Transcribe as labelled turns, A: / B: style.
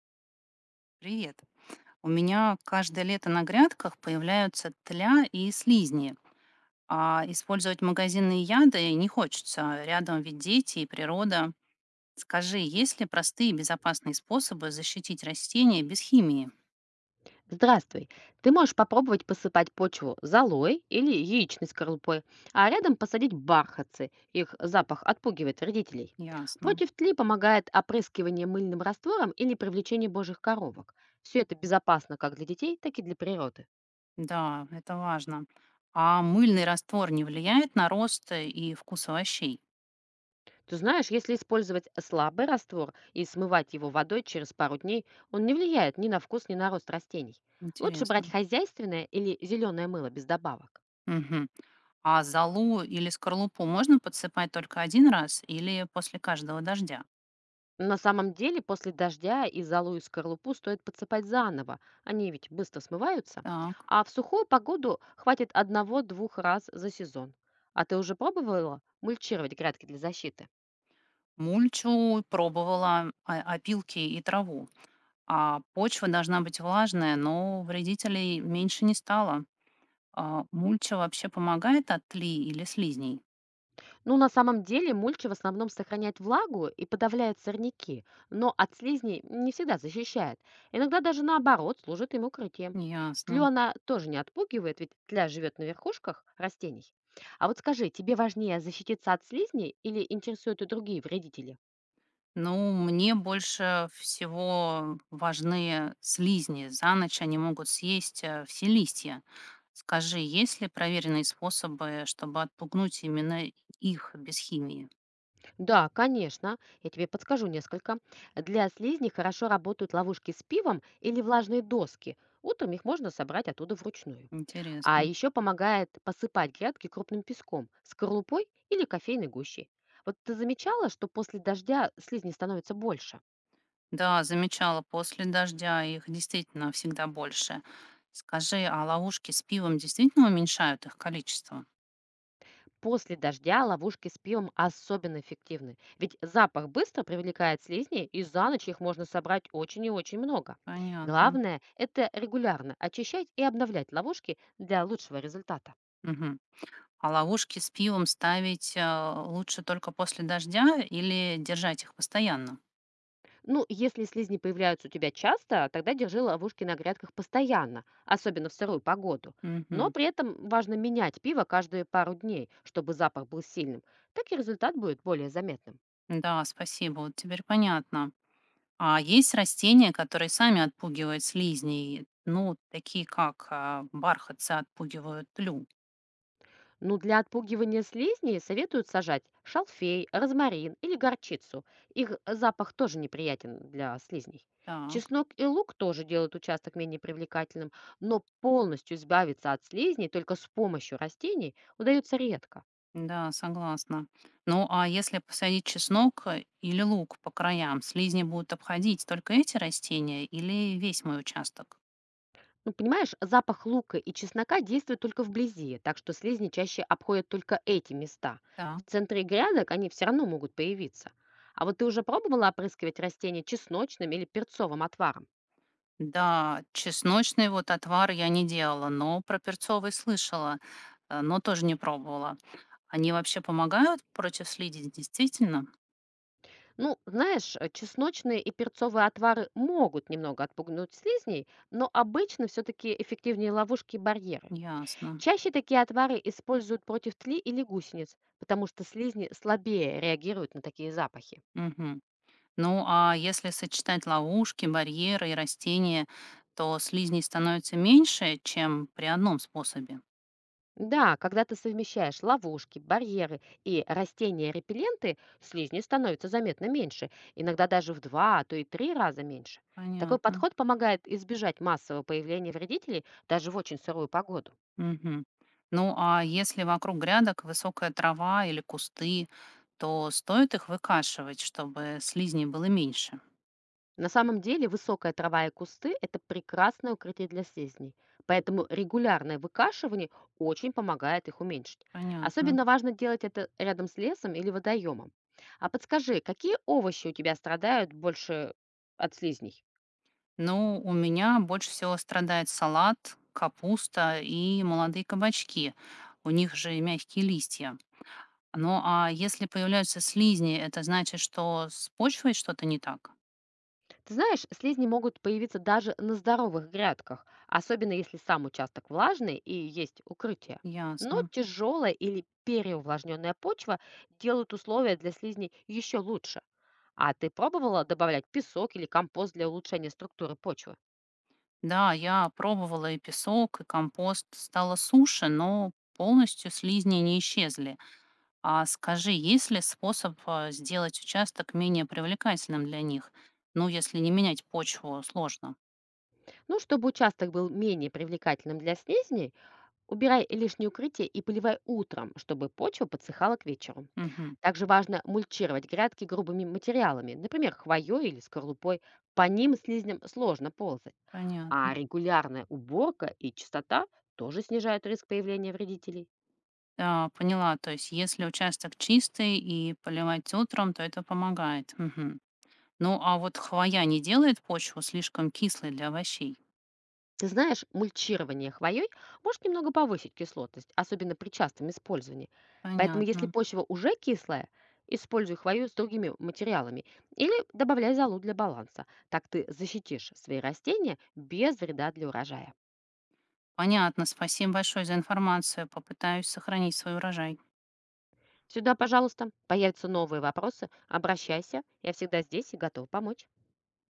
A: Привет. У меня каждое лето на грядках появляются тля и слизни, а использовать магазинные яды не хочется. Рядом ведь дети и природа. Скажи, есть ли простые и безопасные способы защитить растения без химии?
B: Здравствуй. Ты можешь попробовать посыпать почву золой или яичной скорлупой, а рядом посадить бархатцы. Их запах отпугивает вредителей.
A: Ясно.
B: Против тли помогает опрыскивание мыльным раствором или привлечение божьих коровок. Все это безопасно как для детей, так и для природы.
A: Да, это важно. А мыльный раствор не влияет на рост и вкус овощей?
B: Ты знаешь, если использовать слабый раствор и смывать его водой через пару дней, он не влияет ни на вкус, ни на рост растений. Лучше брать
A: Интересно.
B: хозяйственное или зеленое мыло без добавок.
A: Мгм. А золу или скорлупу можно подсыпать только один раз или после каждого дождя?
B: На самом деле после дождя и золу и скорлупу стоит подсыпать заново, они ведь быстро смываются.
A: Так.
B: А в сухую погоду хватит одного-двух раз за сезон. А ты уже пробовала мульчировать грядки для защиты?
A: Мульчу пробовала, а, опилки и траву. А почва должна быть влажная, но вредителей меньше не стало. А мульча вообще помогает от тли или слизней?
B: Ну, на самом деле мульча в основном сохраняет влагу и подавляет сорняки, но от слизней не всегда защищает. Иногда даже наоборот служит им укрытием.
A: Ясно.
B: Тлю она тоже не отпугивает, ведь тля живет на верхушках растений. А вот скажи, тебе важнее защититься от слизней или интересуют и другие вредители?
A: Ну, мне больше всего важны слизни. За ночь они могут съесть все листья. Скажи, есть ли проверенные способы, чтобы отпугнуть именно их без химии?
B: Да, конечно. Я тебе подскажу несколько. Для слизней хорошо работают ловушки с пивом или влажные доски. Утром их можно собрать оттуда вручную. А
A: Интересно.
B: еще помогает посыпать грядки крупным песком, скорлупой или кофейной гущей. Вот ты замечала, что после дождя слизни становится больше?
A: Да, замечала, после дождя их действительно всегда больше. Скажи, а ловушки с пивом действительно уменьшают их количество?
B: После дождя ловушки с пивом особенно эффективны, ведь запах быстро привлекает слизней, и за ночь их можно собрать очень и очень много.
A: Понятно.
B: Главное– это регулярно очищать и обновлять ловушки для лучшего результата.
A: Мгм. А ловушки с пивом ставить лучше только после дождя или держать их постоянно?
B: Ну, если слизни появляются у тебя часто, тогда держи ловушки на грядках постоянно, особенно в сырую погоду. Но
A: Мгм.
B: при этом важно менять пиво каждые пару дней, чтобы запах был сильным. Так и результат будет более заметным.
A: Да, спасибо, вот теперь понятно. А есть растения, которые сами отпугивают слизней? Ну, такие как бархатцы отпугивают лю.
B: Ну, для отпугивания слизней советуют сажать шалфей, розмарин или горчицу. Их запах тоже неприятен для слизней.
A: Так.
B: Чеснок и лук тоже делают участок менее привлекательным, но полностью избавиться от слизней только с помощью растений удается редко.
A: Да, согласна. Ну, а если посадить чеснок или лук по краям, слизни будут обходить только эти растения или весь мой участок?
B: Ну, понимаешь, запах лука и чеснока действует только вблизи, так что слизни чаще обходят только эти места.
A: Да.
B: В центре грядок они все равно могут появиться. А вот ты уже пробовала опрыскивать растения чесночным или перцовым отваром?
A: Да, чесночный вот отвар я не делала, но про перцовый слышала, но тоже не пробовала. Они вообще помогают против слизи, действительно?
B: Ну, знаешь, чесночные и перцовые отвары могут немного отпугнуть слизней, но обычно все-таки эффективнее ловушки и барьеры.
A: Ясно.
B: Чаще такие отвары используют против тли или гусениц, потому что слизни слабее реагируют на такие запахи.
A: Мгм. Ну, а если сочетать ловушки, барьеры и растения, то слизней становится меньше, чем при одном способе.
B: Да, когда ты совмещаешь ловушки, барьеры и растения-репелленты, слизни становится заметно меньше, иногда даже в два, а то и три раза меньше. Такой
A: Понятно.
B: подход помогает избежать массового появления вредителей даже в очень сырую погоду.
A: Мгм. Ну, а если вокруг грядок высокая трава или кусты, то стоит их выкашивать, чтобы слизней было меньше.
B: На самом деле высокая трава и кусты– это прекрасное укрытие для слизней, поэтому регулярное выкашивание очень помогает их уменьшить.
A: Понятно.
B: Особенно важно делать это рядом с лесом или водоемом. А подскажи, какие овощи у тебя страдают больше от слизней?
A: Ну, у меня больше всего страдает салат, капуста и молодые кабачки. У них же мягкие листья. Ну, а если появляются слизни, это значит, что с почвой что-то не так?
B: Ты знаешь, слизни могут появиться даже на здоровых грядках, особенно если сам участок влажный и есть укрытие. Но
A: Ясно.
B: тяжелая или переувлажненная почва делают условия для слизней еще лучше. А ты пробовала добавлять песок или компост для улучшения структуры почвы?
A: Да, я пробовала и песок, и компост. Стало суше, но полностью слизни не исчезли. А скажи, есть ли способ сделать участок менее привлекательным для них? Ну, если не менять почву, сложно.
B: Ну, чтобы участок был менее привлекательным для слизней, убирай лишнее укрытие и поливай утром, чтобы почва подсыхала к вечеру.
A: Мгм.
B: Также важно мульчировать грядки грубыми материалами, например, хвоей или скорлупой. По ним слизням сложно ползать.
A: Понятно.
B: А регулярная уборка и чистота тоже снижают риск появления вредителей.
A: Да, поняла. То есть, если участок чистый и поливать утром, то это помогает. Мгм. Ну, а вот хвоя не делает почву слишком кислой для овощей?
B: Ты знаешь, мульчирование хвоей может немного повысить кислотность, особенно при частом использовании. Поэтому, если
A: Понятно.
B: почва уже кислая, используй хвою с другими материалами или добавляй золу для баланса. Так ты защитишь свои растения без вреда для урожая.
A: Понятно. Спасибо большое за информацию. Попытаюсь сохранить свой урожай.
B: Сюда, пожалуйста, появятся новые вопросы, обращайся, я всегда здесь и готова помочь.